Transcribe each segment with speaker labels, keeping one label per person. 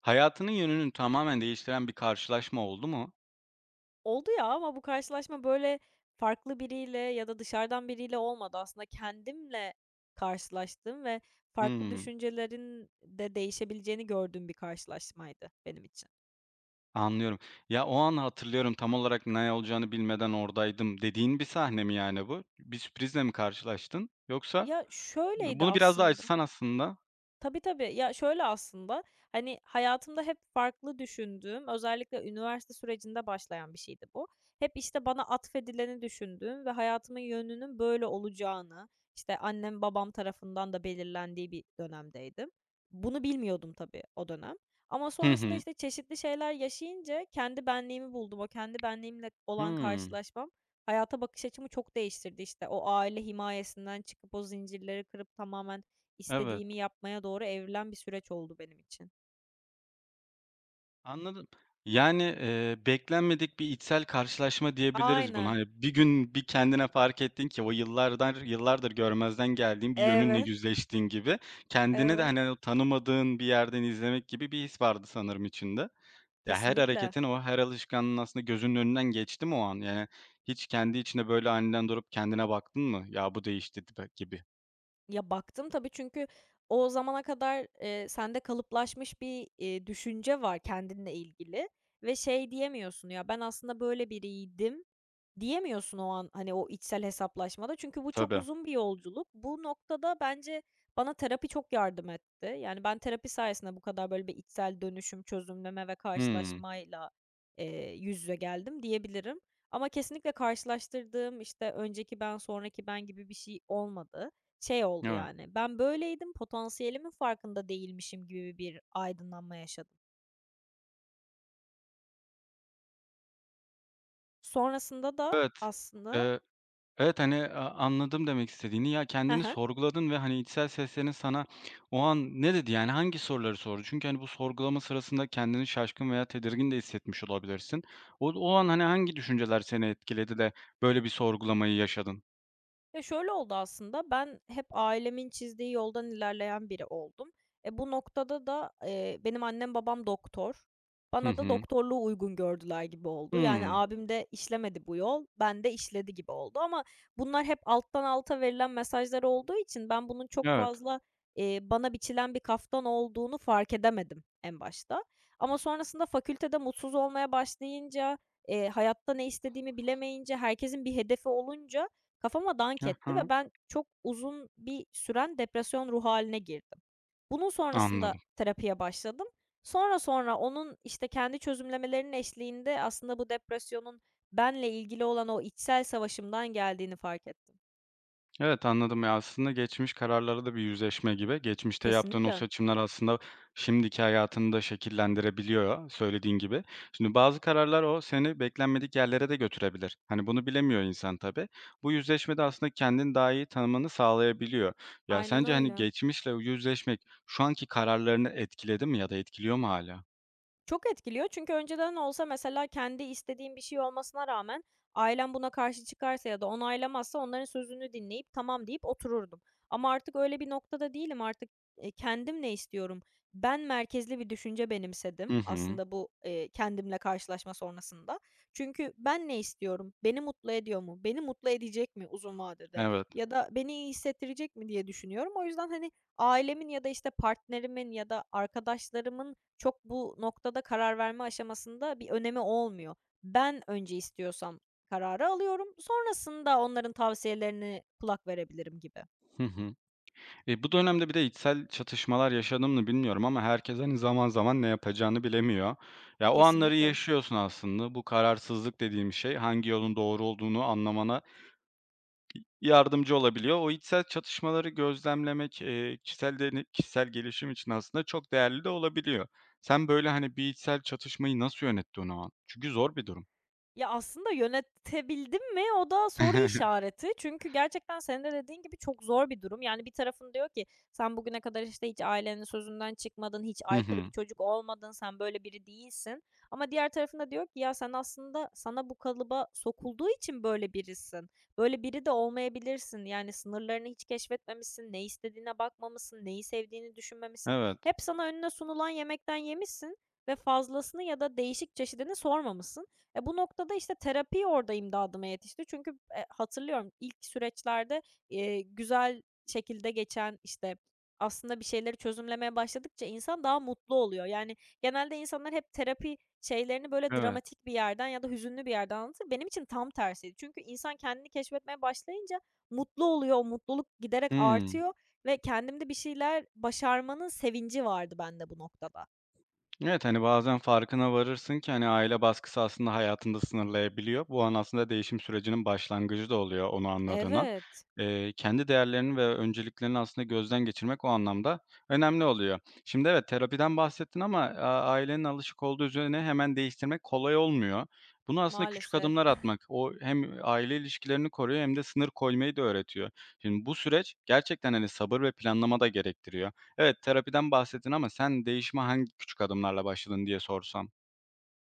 Speaker 1: Hayatının yönünü tamamen değiştiren bir karşılaşma oldu mu?
Speaker 2: Oldu ya ama bu karşılaşma, böyle, farklı biriyle ya da dışarıdan biriyle olmadı. Aslında kendimle karşılaştığım ve farklı
Speaker 1: Hımm,
Speaker 2: düşüncelerin de değişebileceğini gördüğüm bir karşılaşmaydı benim için.
Speaker 1: anlıyorum. Ya, o an hatırlıyorum, tam olarak ne olacağını bilmeden oradaydım dediğin bir sahne mi yani bu? Bir sürprizle mi karşılaştın? Yoksa
Speaker 2: Ya, şöyleydi
Speaker 1: bunu biraz daha
Speaker 2: aslında.
Speaker 1: açsan aslında.
Speaker 2: Tabii, tabii. Ya, şöyle aslında, hani, hayatımda hep farklı düşündüğüm, özellikle üniversite sürecinde başlayan bir şeydi bu. Hep, işte, bana atfedileni düşündüğüm ve hayatımın yönünün böyle olacağını, işte, annem babam tarafından da belirlendiği bir dönemdeydim. Bunu bilmiyordum tabii o dönem ama
Speaker 1: Hı
Speaker 2: sonrasında,
Speaker 1: hı.
Speaker 2: işte, çeşitli şeyler yaşayınca kendi benliğimi buldum. O kendi benliğimle olan
Speaker 1: Hımm,
Speaker 2: karşılaşmam hayata bakış açımı çok değiştirdi. İşte, o aile himayesinden çıkıp o zincirleri kırıp tamamen
Speaker 1: evet.
Speaker 2: İstediğimi yapmaya doğru evrilen bir süreç oldu benim için.
Speaker 1: Anladım. Yani, beklenmedik bir içsel karşılaşma diyebiliriz buna.
Speaker 2: Aynen.
Speaker 1: Hani, bir gün kendine fark ettin ki o yıllardan yıllardır görmezden geldiğin bir yönünle
Speaker 2: Evet,
Speaker 1: yüzleştiğin gibi kendini de,
Speaker 2: evet.
Speaker 1: hani, o tanımadığın bir yerden izlemek gibi bir his vardı sanırım içinde. Ya, her
Speaker 2: Kesinlikle.
Speaker 1: hareketin, o her alışkanlığın aslında gözünün önünden geçti mi o an? Yani, hiç kendi içinde böyle aniden durup kendine baktın mı? "Ya, bu değişti." gibi.
Speaker 2: Ya, baktım tabii çünkü o zamana kadar, sende kalıplaşmış bir, düşünce var kendinle ilgili ve şey diyemiyorsun, "Ya, ben aslında böyle biriydim." diyemiyorsun o an, hani, o içsel hesaplaşmada. Çünkü bu çok
Speaker 1: Tabii.
Speaker 2: uzun bir yolculuk. Bu noktada bence bana terapi çok yardım etti. Yani, ben terapi sayesinde bu kadar böyle bir içsel dönüşüm, çözümleme ve
Speaker 1: Hımm.
Speaker 2: karşılaşmayla, yüz yüze geldim diyebilirim. Ama kesinlikle karşılaştırdığım, işte, önceki ben, sonraki ben gibi bir şey olmadı. Şey oldu
Speaker 1: Evet.
Speaker 2: yani, ben böyleydim, potansiyelimin farkında değilmişim gibi bir aydınlanma yaşadım. Sonrasında da
Speaker 1: Evet.
Speaker 2: aslında
Speaker 1: Evet, hani, anladım demek istediğini. Ya, kendini sorguladın ve, hani, içsel seslerin sana o an ne dedi? Yani hangi soruları sordu? Çünkü, hani, bu sorgulama sırasında kendini şaşkın veya tedirgin de hissetmiş olabilirsin. O an, hani, hangi düşünceler seni etkiledi de böyle bir sorgulamayı yaşadın?
Speaker 2: Ya, şöyle oldu aslında, ben hep ailemin çizdiği yoldan ilerleyen biri oldum. E, bu noktada da, benim annem babam doktor.
Speaker 1: Hı
Speaker 2: Bana da
Speaker 1: hı.
Speaker 2: doktorluğu uygun gördüler gibi oldu. Yani,
Speaker 1: Hımm.
Speaker 2: abim de işlemedi bu yol, bende işledi gibi oldu ama bunlar hep alttan alta verilen mesajlar olduğu için ben bunun çok
Speaker 1: Evet.
Speaker 2: fazla, bana biçilen bir kaftan olduğunu fark edemedim en başta. Ama sonrasında fakültede mutsuz olmaya başlayınca, hayatta ne istediğimi bilemeyince, herkesin bir hedefi olunca kafama dank etti ve
Speaker 1: Hı.
Speaker 2: ben çok uzun bir süren depresyon ruh haline girdim. Bunun sonrasında
Speaker 1: Anladım.
Speaker 2: terapiye başladım. Sonra sonra onun, işte, kendi çözümlemelerinin eşliğinde aslında bu depresyonun benle ilgili olan o içsel savaşımdan geldiğini fark ettim.
Speaker 1: Evet, anladım. Ya, aslında geçmiş kararları da bir yüzleşme gibi. Geçmişte yaptığın o
Speaker 2: Kesinlikle.
Speaker 1: seçimler aslında şimdiki hayatını da şekillendirebiliyor, söylediğin gibi. Şimdi bazı kararlar o seni beklenmedik yerlere de götürebilir. Hani bunu bilemiyor insan tabii. Bu yüzleşmede aslında kendini daha iyi tanımanı sağlayabiliyor. Ya,
Speaker 2: Aynen
Speaker 1: sence, hani,
Speaker 2: öyle.
Speaker 1: geçmişle yüzleşmek şu anki kararlarını etkiledi mi ya da etkiliyor mu hala?
Speaker 2: Çok etkiliyor çünkü önceden olsa mesela kendi istediğim bir şey olmasına rağmen ailem buna karşı çıkarsa ya da onaylamazsa onların sözünü dinleyip tamam deyip otururdum. Ama artık öyle bir noktada değilim. Artık kendim ne istiyorum? Ben merkezli bir düşünce
Speaker 1: Hı
Speaker 2: benimsedim
Speaker 1: hı.
Speaker 2: aslında bu kendimle karşılaşma sonrasında. Çünkü ben ne istiyorum? Beni mutlu ediyor mu? Beni mutlu edecek mi uzun vadede?
Speaker 1: Evet.
Speaker 2: Ya da beni iyi hissettirecek mi diye düşünüyorum. O yüzden hani ailemin ya da işte partnerimin ya da arkadaşlarımın çok bu noktada karar verme aşamasında bir önemi olmuyor. Ben önce istiyorsam kararı alıyorum, sonrasında onların tavsiyelerine kulak verebilirim gibi.
Speaker 1: Hı hı. E, bu dönemde bir de içsel çatışmalar yaşadım mı bilmiyorum ama herkes hani zaman zaman ne yapacağını bilemiyor. Ya, o anları
Speaker 2: Kesinlikle.
Speaker 1: yaşıyorsun aslında. Bu kararsızlık dediğim şey hangi yolun doğru olduğunu anlamana yardımcı olabiliyor. O içsel çatışmaları gözlemlemek kişisel gelişim için aslında çok değerli de olabiliyor. Sen böyle hani bir içsel çatışmayı nasıl yönettin o an? Çünkü zor bir durum.
Speaker 2: Ya, aslında yönetebildim mi o da soru işareti. Çünkü gerçekten senin de dediğin gibi çok zor bir durum. Yani bir tarafın diyor ki, "Sen bugüne kadar, işte, hiç ailenin sözünden çıkmadın, hiç
Speaker 1: Hı
Speaker 2: aykırı bir
Speaker 1: hı.
Speaker 2: çocuk olmadın, sen böyle biri değilsin." Ama diğer tarafında diyor ki, "Ya, sen aslında sana bu kalıba sokulduğu için böyle birisin. Böyle biri de olmayabilirsin. Yani sınırlarını hiç keşfetmemişsin, ne istediğine bakmamışsın, neyi sevdiğini düşünmemişsin.
Speaker 1: Evet,
Speaker 2: Hep sana önüne sunulan yemekten yemişsin ve fazlasını ya da değişik çeşidini sormamışsın. E, bu noktada, işte, terapi orada imdadıma yetişti. Çünkü, hatırlıyorum ilk süreçlerde, güzel şekilde geçen, işte, aslında bir şeyleri çözümlemeye başladıkça insan daha mutlu oluyor. Yani, genelde insanlar hep terapi şeylerini, böyle,
Speaker 1: evet.
Speaker 2: dramatik bir yerden ya da hüzünlü bir yerden anlatır. Benim için tam tersiydi. Çünkü insan kendini keşfetmeye başlayınca mutlu oluyor, o mutluluk giderek
Speaker 1: Hı.
Speaker 2: artıyor ve kendimde bir şeyler başarmanın sevinci vardı bende bu noktada.
Speaker 1: Evet, hani, bazen farkına varırsın ki, hani, aile baskısı aslında hayatında sınırlayabiliyor. Bu an aslında değişim sürecinin başlangıcı da oluyor onu anladığın an.
Speaker 2: Evet.
Speaker 1: Kendi değerlerini ve önceliklerini aslında gözden geçirmek o anlamda önemli oluyor. Şimdi evet, terapiden bahsettin ama, ailenin alışık olduğu üzerine hemen değiştirmek kolay olmuyor. Bunu aslında küçük
Speaker 2: Maalesef.
Speaker 1: adımlar atmak, o hem aile ilişkilerini koruyor hem de sınır koymayı da öğretiyor. Şimdi bu süreç gerçekten, hani, sabır ve planlama da gerektiriyor. Evet, terapiden bahsettin ama sen değişime hangi küçük adımlarla başladın diye sorsam?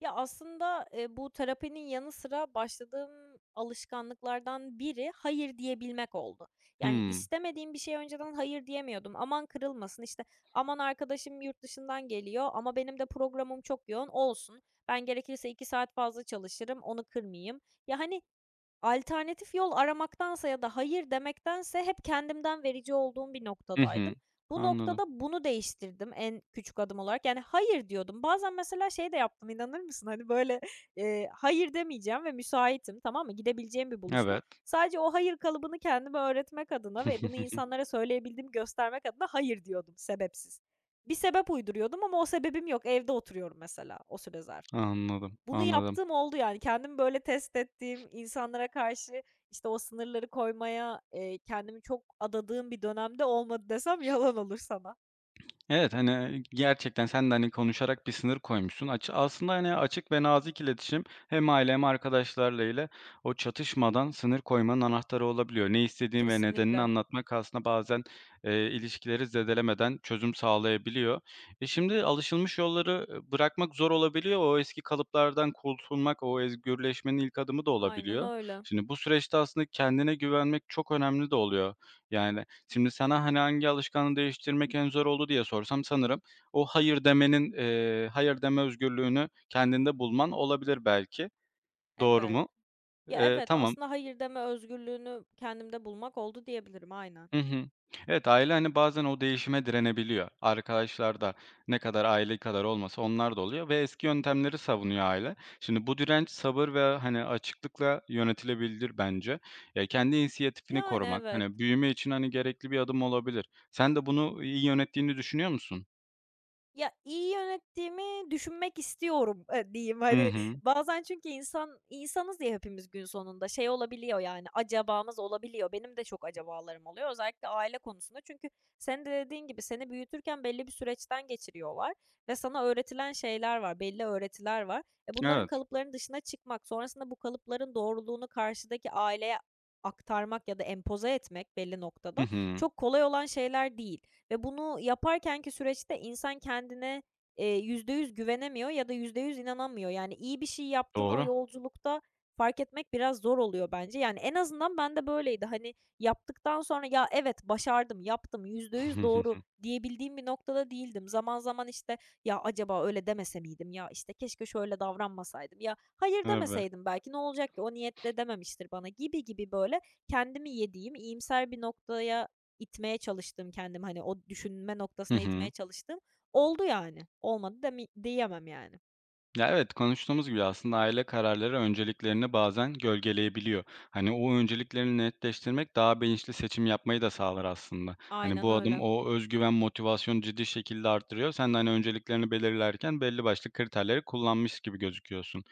Speaker 2: Ya, aslında, bu terapinin yanı sıra başladığım alışkanlıklardan biri hayır diyebilmek oldu. Yani,
Speaker 1: Hımm.
Speaker 2: istemediğim bir şeye önceden hayır diyemiyordum. Aman kırılmasın, işte, aman arkadaşım yurt dışından geliyor ama benim de programım çok yoğun, olsun. Ben gerekirse 2 saat fazla çalışırım, onu kırmayayım. Ya, hani, alternatif yol aramaktansa ya da hayır demektense hep kendimden verici olduğum bir
Speaker 1: Hı hı.
Speaker 2: noktadaydım. Bu
Speaker 1: Anladım.
Speaker 2: noktada bunu değiştirdim en küçük adım olarak. Yani hayır diyordum. Bazen mesela şey de yaptım inanır mısın? Hani böyle, hayır demeyeceğim ve müsaitim, tamam mı? Gidebileceğim bir buluşma.
Speaker 1: Evet.
Speaker 2: Sadece o hayır kalıbını kendime öğretmek adına ve bunu insanlara söyleyebildiğimi göstermek adına hayır diyordum sebepsiz. Bir sebep uyduruyordum ama o sebebim yok. Evde oturuyorum mesela o süre zarfında.
Speaker 1: Anladım,
Speaker 2: Bunu
Speaker 1: anladım.
Speaker 2: yaptığım oldu yani. Kendimi böyle test ettiğim, insanlara karşı, işte, o sınırları koymaya, kendimi çok adadığım bir dönemde olmadı desem yalan olur sana.
Speaker 1: Evet, hani, gerçekten sen de, hani, konuşarak bir sınır koymuşsun. Aslında, hani, açık ve nazik iletişim hem aile hem arkadaşlarla ile o çatışmadan sınır koymanın anahtarı olabiliyor. Ne istediğin ve nedenini
Speaker 2: Kesinlikle.
Speaker 1: anlatmak aslında bazen, ilişkileri zedelemeden çözüm sağlayabiliyor. E, şimdi alışılmış yolları, bırakmak zor olabiliyor. O eski kalıplardan kurtulmak, o özgürleşmenin ilk adımı da
Speaker 2: Aynen
Speaker 1: olabiliyor.
Speaker 2: öyle.
Speaker 1: Şimdi bu süreçte aslında kendine güvenmek çok önemli de oluyor. Yani, şimdi sana, hani, hangi alışkanlığı değiştirmek en zor oldu diye sorsam sanırım o hayır deme özgürlüğünü kendinde bulman olabilir belki. Doğru
Speaker 2: Evet.
Speaker 1: mu?
Speaker 2: Ya, evet,
Speaker 1: Tamam.
Speaker 2: aslında hayır deme özgürlüğünü kendimde bulmak oldu diyebilirim, aynen.
Speaker 1: Hı hı. Evet, aile, hani, bazen o değişime direnebiliyor. Arkadaşlar da ne kadar aile kadar olmasa onlar da oluyor ve eski yöntemleri savunuyor aile. Şimdi bu direnç sabır ve, hani, açıklıkla yönetilebilir bence. Ya, kendi inisiyatifini
Speaker 2: Yani,
Speaker 1: korumak,
Speaker 2: evet.
Speaker 1: hani, büyüme için, hani, gerekli bir adım olabilir. Sen de bunu iyi yönettiğini düşünüyor musun?
Speaker 2: Ya, iyi yönettiğimi düşünmek istiyorum, diyeyim.
Speaker 1: Hı
Speaker 2: Hani,
Speaker 1: hı.
Speaker 2: bazen çünkü insan insanız ya hepimiz gün sonunda. Şey olabiliyor, yani, acabamız olabiliyor. Benim de çok acabalarım oluyor. Özellikle aile konusunda. Çünkü senin de dediğin gibi seni büyütürken belli bir süreçten geçiriyorlar ve sana öğretilen şeyler var, belli öğretiler var. E, bunların
Speaker 1: Evet.
Speaker 2: kalıpların dışına çıkmak, sonrasında bu kalıpların doğruluğunu karşıdaki aileye aktarmak ya da empoze etmek belli
Speaker 1: Hı
Speaker 2: noktada
Speaker 1: hı.
Speaker 2: çok kolay olan şeyler değil. Ve bunu yaparkenki süreçte insan kendine, 100% güvenemiyor ya da 100% inanamıyor. Yani iyi bir şey yaptığını o
Speaker 1: Doğru.
Speaker 2: yolculukta fark etmek biraz zor oluyor bence. Yani en azından ben de böyleydi. Hani, yaptıktan sonra, "Ya, evet, başardım, yaptım, 100% doğru." diyebildiğim bir noktada değildim. Zaman zaman, işte, "Ya, acaba öyle demese miydim? Ya, işte, keşke şöyle davranmasaydım. Ya, hayır
Speaker 1: Evet.
Speaker 2: demeseydim belki ne olacak ki? O niyetle dememiştir bana." gibi gibi böyle kendimi yediğim, iyimser bir noktaya İtmeye çalıştım kendim hani, o düşünme
Speaker 1: Hı
Speaker 2: noktasına
Speaker 1: hı.
Speaker 2: itmeye çalıştım. Oldu yani. Olmadı demi diyemem yani.
Speaker 1: Ya, evet, konuştuğumuz gibi aslında aile kararları önceliklerini bazen gölgeleyebiliyor. Hani, o önceliklerini netleştirmek daha bilinçli seçim yapmayı da sağlar aslında. Hani,
Speaker 2: Aynen
Speaker 1: bu adım
Speaker 2: öyle.
Speaker 1: o güven, motivasyonu ciddi şekilde arttırıyor. Sen de, hani, önceliklerini belirlerken belli başlı kriterleri kullanmış gibi gözüküyorsun.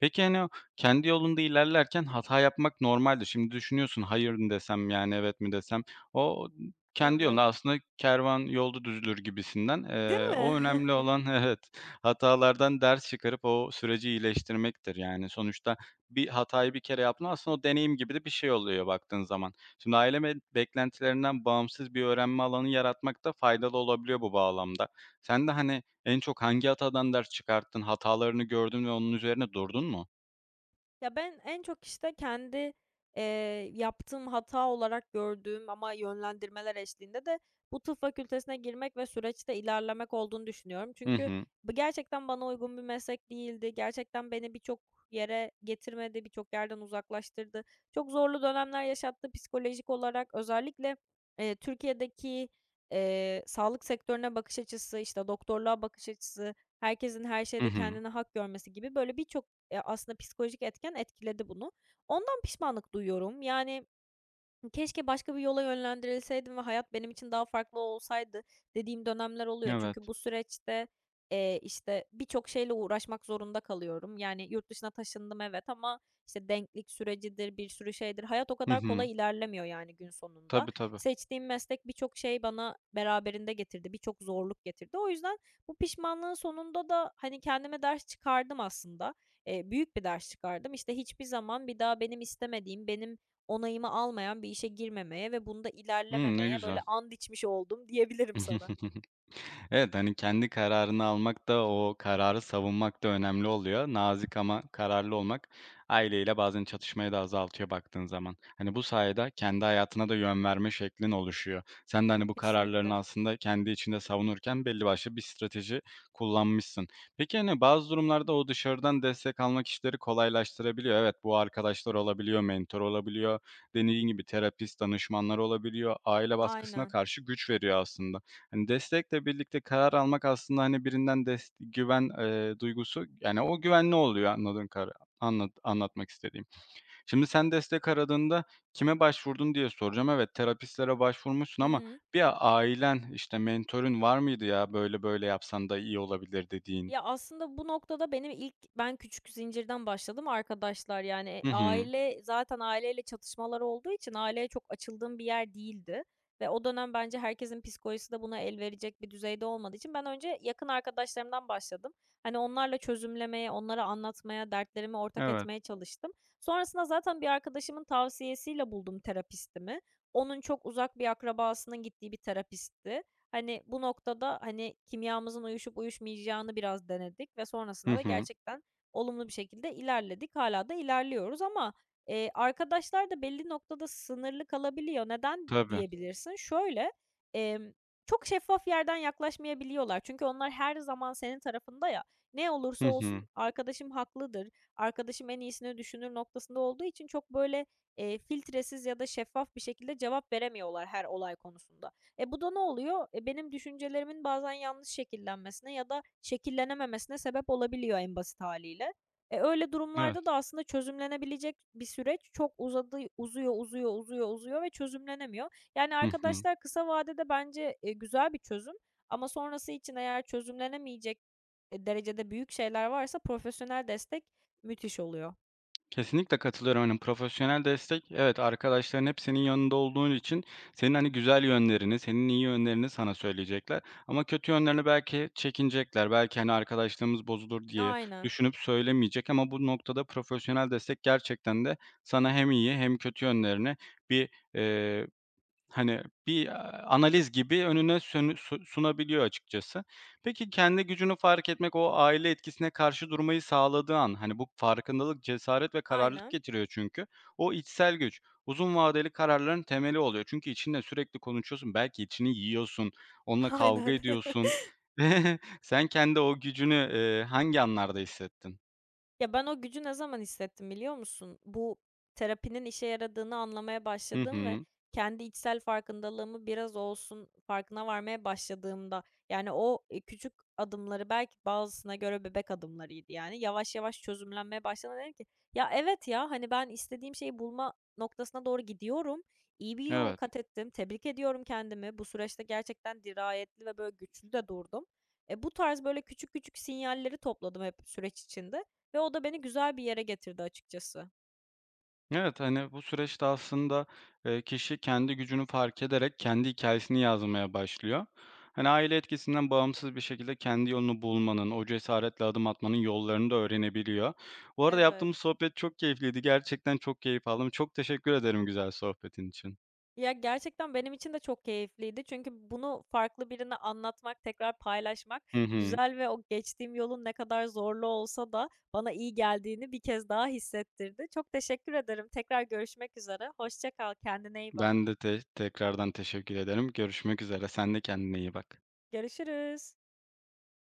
Speaker 1: Peki, hani, o kendi yolunda ilerlerken hata yapmak normaldir. Şimdi düşünüyorsun, hayır mı desem, yani, evet mi desem? O kendi yolunda
Speaker 2: Evet.
Speaker 1: aslında kervan yolda düzülür gibisinden.
Speaker 2: Değil
Speaker 1: O
Speaker 2: mi?
Speaker 1: önemli olan evet, hatalardan ders çıkarıp o süreci iyileştirmektir. Yani, sonuçta bir hatayı bir kere yaptın, aslında o deneyim gibi de bir şey oluyor baktığın zaman. Şimdi aile beklentilerinden bağımsız bir öğrenme alanı yaratmak da faydalı olabiliyor bu bağlamda. Sen de, hani, en çok hangi hatadan ders çıkarttın? Hatalarını gördün ve onun üzerine durdun mu?
Speaker 2: Ya, ben en çok, işte, kendi, eee, yaptığım hata olarak gördüğüm ama yönlendirmeler eşliğinde de bu tıp fakültesine girmek ve süreçte ilerlemek olduğunu düşünüyorum.
Speaker 1: Hı
Speaker 2: Çünkü
Speaker 1: hı.
Speaker 2: bu gerçekten bana uygun bir meslek değildi. Gerçekten beni birçok yere getirmedi, birçok yerden uzaklaştırdı. Çok zorlu dönemler yaşattı psikolojik olarak. Özellikle, Türkiye'deki, sağlık sektörüne bakış açısı, işte, doktorluğa bakış açısı, herkesin her
Speaker 1: Hı
Speaker 2: şeyde
Speaker 1: hı.
Speaker 2: kendine hak görmesi gibi böyle birçok. Aslında psikolojik etken etkiledi bunu. Ondan pişmanlık duyuyorum. Yani, keşke başka bir yola yönlendirilseydim ve hayat benim için daha farklı olsaydı dediğim dönemler oluyor. Çünkü
Speaker 1: Evet.
Speaker 2: bu süreçte, işte, birçok şeyle uğraşmak zorunda kalıyorum. Yani yurt dışına taşındım evet ama, işte, denklik sürecidir, bir sürü şeydir. Hayat o
Speaker 1: Hı
Speaker 2: kadar
Speaker 1: hı.
Speaker 2: kolay ilerlemiyor yani gün sonunda.
Speaker 1: Tabii, tabii.
Speaker 2: Seçtiğim meslek birçok şey bana beraberinde getirdi, birçok zorluk getirdi. O yüzden bu pişmanlığın sonunda da, hani, kendime ders çıkardım aslında. Büyük bir ders çıkardım. İşte, hiçbir zaman bir daha benim istemediğim, benim onayımı almayan bir işe girmemeye ve bunda
Speaker 1: Hı, ne
Speaker 2: ilerlememeye böyle
Speaker 1: güzel.
Speaker 2: and içmiş oldum diyebilirim sana.
Speaker 1: Evet, hani, kendi kararını almak da o kararı savunmak da önemli oluyor. Nazik ama kararlı olmak aileyle bazen çatışmayı da azaltıyor baktığın zaman. Hani, bu sayede kendi hayatına da yön verme şeklin oluşuyor. Sen de, hani, bu kararlarını
Speaker 2: Kesinlikle.
Speaker 1: aslında kendi içinde savunurken belli başlı bir strateji kullanmışsın. Peki, hani, bazı durumlarda o dışarıdan destek almak işleri kolaylaştırabiliyor. Evet, bu arkadaşlar olabiliyor, mentor olabiliyor, dediğin gibi terapist, danışmanlar olabiliyor. Aile baskısına
Speaker 2: Aynen.
Speaker 1: karşı güç veriyor aslında. Hani, destekle birlikte karar almak aslında, hani, birinden güven, duygusu, yani, o güvenli oluyor anladığın anlatmak istediğim. Şimdi sen destek aradığında kime başvurdun diye soracağım. Evet, terapistlere başvurmuşsun
Speaker 2: Hı
Speaker 1: ama
Speaker 2: hı.
Speaker 1: bir ailen, işte, mentorun var mıydı ya, böyle böyle yapsan da iyi olabilir dediğin?
Speaker 2: Ya, aslında bu noktada benim ilk ben küçük zincirden başladım arkadaşlar. Yani
Speaker 1: Hı hı.
Speaker 2: aile zaten aileyle çatışmalar olduğu için aileye çok açıldığım bir yer değildi ve o dönem bence herkesin psikolojisi de buna el verecek bir düzeyde olmadığı için ben önce yakın arkadaşlarımdan başladım. Hani onlarla çözümlemeye, onlara anlatmaya, dertlerimi ortak
Speaker 1: Evet.
Speaker 2: etmeye çalıştım. Sonrasında zaten bir arkadaşımın tavsiyesiyle buldum terapistimi. Onun çok uzak bir akrabasının gittiği bir terapistti. Hani, bu noktada, hani, kimyamızın uyuşup uyuşmayacağını biraz denedik ve
Speaker 1: Hı
Speaker 2: sonrasında da
Speaker 1: hı.
Speaker 2: gerçekten olumlu bir şekilde ilerledik. Hala da ilerliyoruz ama, arkadaşlar da belli noktada sınırlı kalabiliyor. Neden
Speaker 1: Tabii.
Speaker 2: diyebilirsin? Şöyle, emm, çok şeffaf yerden yaklaşmayabiliyorlar. Çünkü onlar her zaman senin tarafında ya. Ne
Speaker 1: Hı
Speaker 2: olursa
Speaker 1: hı.
Speaker 2: olsun arkadaşım haklıdır, arkadaşım en iyisini düşünür noktasında olduğu için çok böyle, filtresiz ya da şeffaf bir şekilde cevap veremiyorlar her olay konusunda. E, bu da ne oluyor? E, benim düşüncelerimin bazen yanlış şekillenmesine ya da şekillenememesine sebep olabiliyor en basit hâliyle. E, öyle
Speaker 1: Evet.
Speaker 2: durumlarda da aslında çözümlenebilecek bir süreç çok uzadı uzuyor, uzuyor, uzuyor, uzuyor ve çözümlenemiyor. Yani
Speaker 1: Hı hı.
Speaker 2: arkadaşlar kısa vadede bence, güzel bir çözüm ama sonrası için eğer çözümlenemeyecek, derecede büyük şeyler varsa profesyonel destek müthiş oluyor.
Speaker 1: Kesinlikle katılıyorum. Hani, profesyonel destek, evet, arkadaşların hep senin yanında olduğun için senin, hani, güzel yönlerini, senin iyi yönlerini sana söyleyecekler ama kötü yönlerini belki çekinecekler. Belki, hani, arkadaşlığımız bozulur diye
Speaker 2: Aynen,
Speaker 1: düşünüp söylemeyecek ama bu noktada profesyonel destek gerçekten de sana hem iyi hem kötü yönlerini bir, hani, bir, analiz gibi önüne sönü su sunabiliyor açıkçası. Peki, kendi gücünü fark etmek o aile etkisine karşı durmayı sağladığı an, hani, bu farkındalık cesaret ve kararlılık
Speaker 2: aynen,
Speaker 1: getiriyor çünkü. O içsel güç uzun vadeli kararların temeli oluyor. Çünkü içinde sürekli konuşuyorsun, belki içini yiyorsun, onunla kavga
Speaker 2: aynen.
Speaker 1: ediyorsun. Sen kendi o gücünü, hangi anlarda hissettin?
Speaker 2: Ya, ben o gücü ne zaman hissettim biliyor musun? Bu terapinin işe yaradığını anlamaya
Speaker 1: Hı
Speaker 2: başladım ve
Speaker 1: hı.
Speaker 2: kendi içsel farkındalığımı biraz olsun farkına varmaya başladığımda, yani, o, küçük adımları belki bazısına göre bebek adımlarıydı, yani, yavaş yavaş çözümlenmeye başladığımda dedim ki, "Ya, evet ya, hani, ben istediğim şeyi bulma noktasına doğru gidiyorum. İyi bir yol
Speaker 1: Evet.
Speaker 2: kat ettim. Tebrik ediyorum kendimi. Bu süreçte gerçekten dirayetli ve, böyle, güçlü de durdum." Bu tarz, böyle, küçük küçük sinyalleri topladım hep süreç içinde. Ve o da beni güzel bir yere getirdi açıkçası.
Speaker 1: Evet, hani, bu süreçte aslında, kişi kendi gücünü fark ederek kendi hikayesini yazmaya başlıyor. Hani, aile etkisinden bağımsız bir şekilde kendi yolunu bulmanın, o cesaretle adım atmanın yollarını da öğrenebiliyor. Bu arada
Speaker 2: Evet.
Speaker 1: yaptığımız sohbet çok keyifliydi. Gerçekten çok keyif aldım. Çok teşekkür ederim güzel sohbetin için.
Speaker 2: Ya, gerçekten benim için de çok keyifliydi. Çünkü bunu farklı birine anlatmak, tekrar paylaşmak
Speaker 1: Hı hı.
Speaker 2: güzel ve o geçtiğim yolun ne kadar zorlu olsa da bana iyi geldiğini bir kez daha hissettirdi. Çok teşekkür ederim. Tekrar görüşmek üzere. Hoşça kal, kendine iyi bak.
Speaker 1: Ben de tekrardan teşekkür ederim. Görüşmek üzere. Sen de kendine iyi bak.
Speaker 2: Görüşürüz.